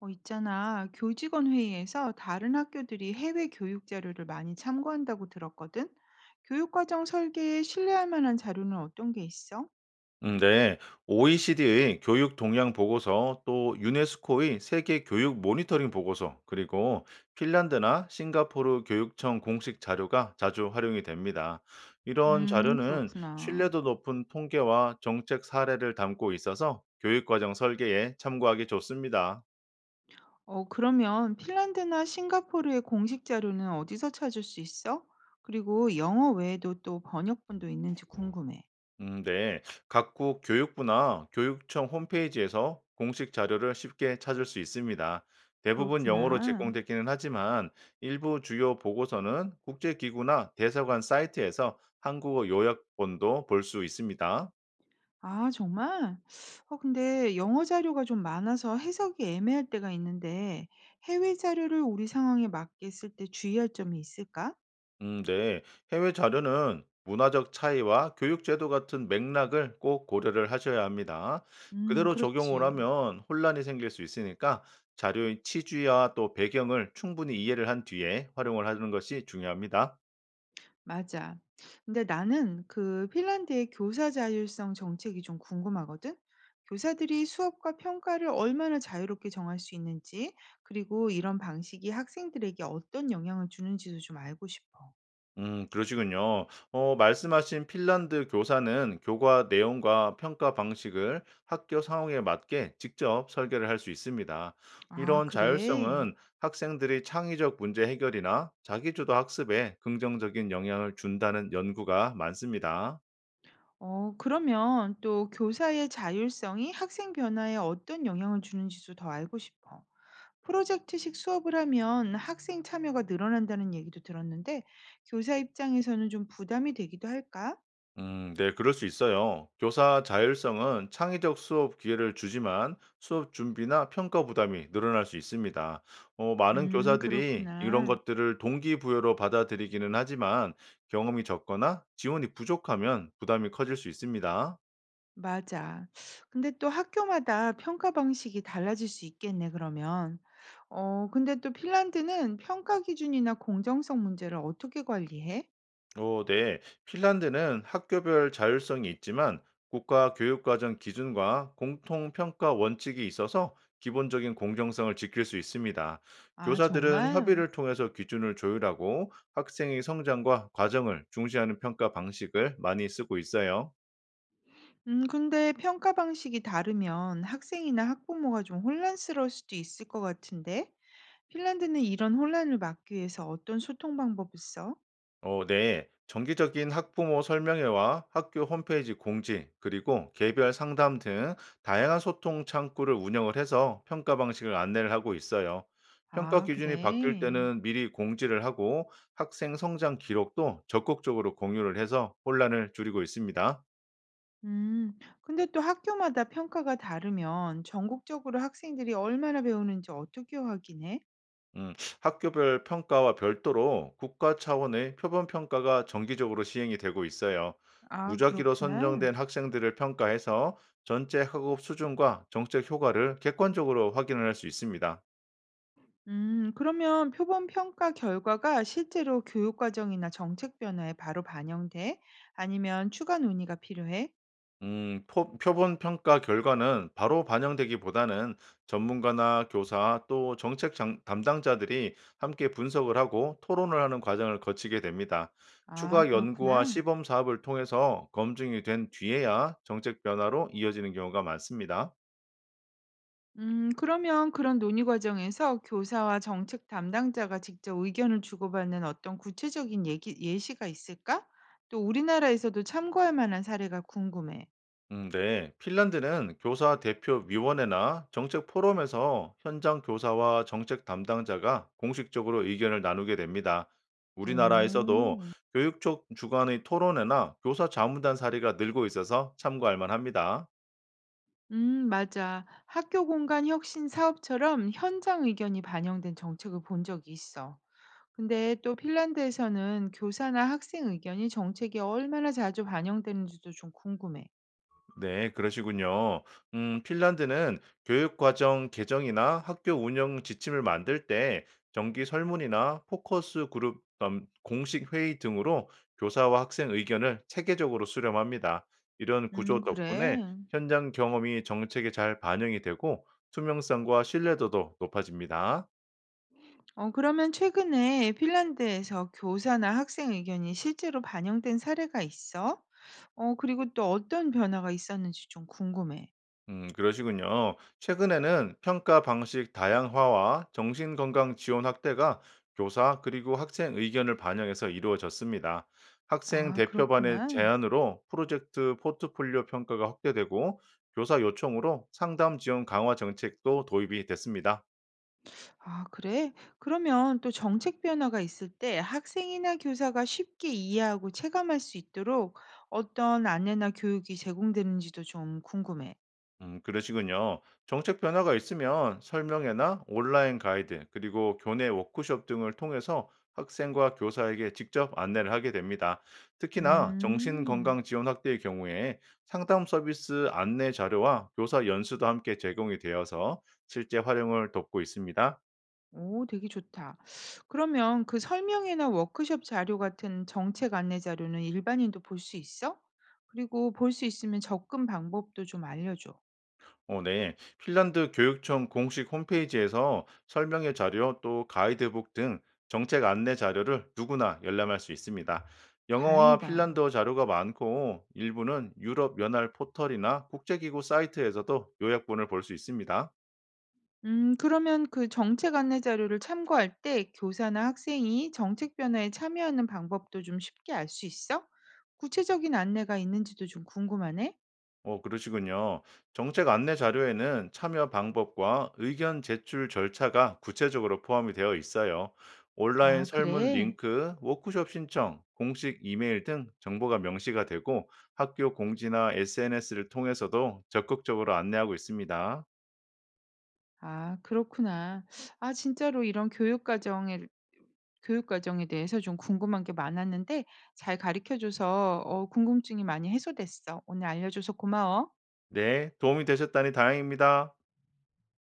있잖아. 교직원 회의에서 다른 학교들이 해외 교육 자료를 많이 참고한다고 들었거든. 교육과정 설계에 신뢰할 만한 자료는 어떤 게 있어? 네. OECD의 교육 동향 보고서, 또 유네스코의 세계 교육 모니터링 보고서, 그리고 핀란드나 싱가포르 교육청 공식 자료가 자주 활용이 됩니다. 이런 자료는 그렇구나. 신뢰도 높은 통계와 정책 사례를 담고 있어서 교육 과정 설계에 참고하기 좋습니다. 그러면 핀란드나 싱가포르의 공식 자료는 어디서 찾을 수 있어? 그리고 영어 외에도 또 번역본도 있는지 궁금해. 네. 각국 교육부나 교육청 홈페이지에서 공식 자료를 쉽게 찾을 수 있습니다. 대부분 영어로 그렇구나. 제공되기는 하지만 일부 주요 보고서는 국제기구나 대사관 사이트에서 한국어 요약본도 볼 수 있습니다. 아, 정말? 근데 영어 자료가 좀 많아서 해석이 애매할 때가 있는데 해외 자료를 우리 상황에 맞게 쓸 때 주의할 점이 있을까? 네. 해외 자료는 문화적 차이와 교육제도 같은 맥락을 꼭 고려를 하셔야 합니다. 그대로 적용을 그렇지. 하면 혼란이 생길 수 있으니까 자료의 취지와 또 배경을 충분히 이해를 한 뒤에 활용을 하는 것이 중요합니다. 맞아. 근데 나는 그 핀란드의 교사 자율성 정책이 좀 궁금하거든. 교사들이 수업과 평가를 얼마나 자유롭게 정할 수 있는지, 그리고 이런 방식이 학생들에게 어떤 영향을 주는지도 좀 알고 싶어. 그러시군요. 말씀하신 핀란드 교사는 교과 내용과 평가 방식을 학교 상황에 맞게 직접 설계를 할 수 있습니다. 아, 이런 그래? 자율성은 학생들이 창의적 문제 해결이나 자기주도 학습에 긍정적인 영향을 준다는 연구가 많습니다. 그러면 또 교사의 자율성이 학생 변화에 어떤 영향을 주는지도 더 알고 싶어. 프로젝트식 수업을 하면 학생 참여가 늘어난다는 얘기도 들었는데, 교사 입장에서는 좀 부담이 되기도 할까? 네, 그럴 수 있어요. 교사 자율성은 창의적 수업 기회를 주지만 수업 준비나 평가 부담이 늘어날 수 있습니다. 많은 교사들이 이런 그렇구나. 것들을 동기부여로 받아들이기는 하지만 경험이 적거나 지원이 부족하면 부담이 커질 수 있습니다. 맞아. 근데 또 학교마다 평가 방식이 달라질 수 있겠네, 그러면. 근데 또 핀란드는 평가 기준이나 공정성 문제를 어떻게 관리해? 오, 네. 핀란드는 학교별 자율성이 있지만 국가 교육과정 기준과 공통평가 원칙이 있어서 기본적인 공정성을 지킬 수 있습니다. 아, 교사들은 정말? 협의를 통해서 기준을 조율하고 학생의 성장과 과정을 중시하는 평가 방식을 많이 쓰고 있어요. 근데 평가 방식이 다르면 학생이나 학부모가 좀 혼란스러울 수도 있을 것 같은데, 핀란드는 이런 혼란을 막기 위해서 어떤 소통 방법을 써? 네. 정기적인 학부모 설명회와 학교 홈페이지 공지, 그리고 개별 상담 등 다양한 소통 창구를 운영을 해서 평가 방식을 안내를 하고 있어요. 평가 아, 기준이 바뀔 그래. 때는 미리 공지를 하고 학생 성장 기록도 적극적으로 공유를 해서 혼란을 줄이고 있습니다. 근데 또 학교마다 평가가 다르면 전국적으로 학생들이 얼마나 배우는지 어떻게 확인해? 음, 학교별 평가와 별도로 국가 차원의 표본 평가가 정기적으로 시행이 되고 있어요. 아, 무작위로 그렇구나. 선정된 학생들을 평가해서 전체 학업 수준과 정책 효과를 객관적으로 확인을 할 수 있습니다. 그러면 표본 평가 결과가 실제로 교육 과정이나 정책 변화에 바로 반영돼? 아니면 추가 논의가 필요해? 표본 평가 결과는 바로 반영되기보다는 전문가나 교사 또 정책 담당자들이 함께 분석을 하고 토론을 하는 과정을 거치게 됩니다. 아, 추가 연구와 그렇구나. 시범 사업을 통해서 검증이 된 뒤에야 정책 변화로 이어지는 경우가 많습니다. 그러면 그런 논의 과정에서 교사와 정책 담당자가 직접 의견을 주고받는 어떤 구체적인 얘기, 예시가 있을까? 또 우리나라에서도 참고할 만한 사례가 궁금해. 네. 핀란드는 교사 대표 위원회나 정책 포럼에서 현장 교사와 정책 담당자가 공식적으로 의견을 나누게 됩니다. 우리나라에서도 음, 교육청 주관의 토론회나 교사 자문단 사례가 늘고 있어서 참고할 만합니다. 맞아. 학교 공간 혁신 사업처럼 현장 의견이 반영된 정책을 본 적이 있어. 근데 또 핀란드에서는 교사나 학생 의견이 정책에 얼마나 자주 반영되는지도 좀 궁금해. 네, 그러시군요. 핀란드는 교육과정 개정이나 학교 운영 지침을 만들 때 정기 설문이나 포커스 그룹 공식 회의 등으로 교사와 학생 의견을 체계적으로 수렴합니다. 이런 구조 그래. 덕분에 현장 경험이 정책에 잘 반영이 되고 투명성과 신뢰도도 높아집니다. 그러면 최근에 핀란드에서 교사나 학생 의견이 실제로 반영된 사례가 있어? 그리고 또 어떤 변화가 있었는지 좀 궁금해. 그러시군요. 최근에는 평가 방식 다양화와 정신건강 지원 확대가 교사 그리고 학생 의견을 반영해서 이루어졌습니다. 학생 아, 대표반의 그렇구나. 제안으로 프로젝트 포트폴리오 평가가 확대되고 교사 요청으로 상담 지원 강화 정책도 도입이 됐습니다. 아, 그래? 그러면 또 정책 변화가 있을 때 학생이나 교사가 쉽게 이해하고 체감할 수 있도록 어떤 안내나 교육이 제공되는지도 좀 궁금해. 그러시군요. 정책 변화가 있으면 설명회나 온라인 가이드, 그리고 교내 워크숍 등을 통해서 학생과 교사에게 직접 안내를 하게 됩니다. 특히나 음. 정신건강지원 확대의 경우에 상담 서비스 안내 자료와 교사 연수도 함께 제공이 되어서 실제 활용을 돕고 있습니다. 오, 되게 좋다. 그러면 그 설명회나 워크숍 자료 같은 정책 안내 자료는 일반인도 볼 수 있어? 그리고 볼 수 있으면 접근 방법도 좀 알려줘. 네. 핀란드 교육청 공식 홈페이지에서 설명의 자료 또 가이드북 등 정책 안내 자료를 누구나 열람할 수 있습니다. 영어와 다행이다. 핀란드어 자료가 많고 일부는 유럽 연합 포털이나 국제기구 사이트에서도 요약본을 볼 수 있습니다. 그러면 그 정책 안내 자료를 참고할 때 교사나 학생이 정책 변화에 참여하는 방법도 좀 쉽게 알 수 있어? 구체적인 안내가 있는지도 좀 궁금하네. 그러시군요. 정책 안내 자료에는 참여 방법과 의견 제출 절차가 구체적으로 포함이 되어 있어요. 온라인 아, 설문 그래. 링크, 워크숍 신청, 공식 이메일 등 정보가 명시가 되고 학교 공지나 SNS를 통해서도 적극적으로 안내하고 있습니다. 아, 그렇구나. 아, 진짜로 이런 교육 과정에 대해서 좀 궁금한 게 많았는데 잘 가르쳐 줘서 궁금증이 많이 해소됐어. 오늘 알려 줘서 고마워. 네, 도움이 되셨다니 다행입니다.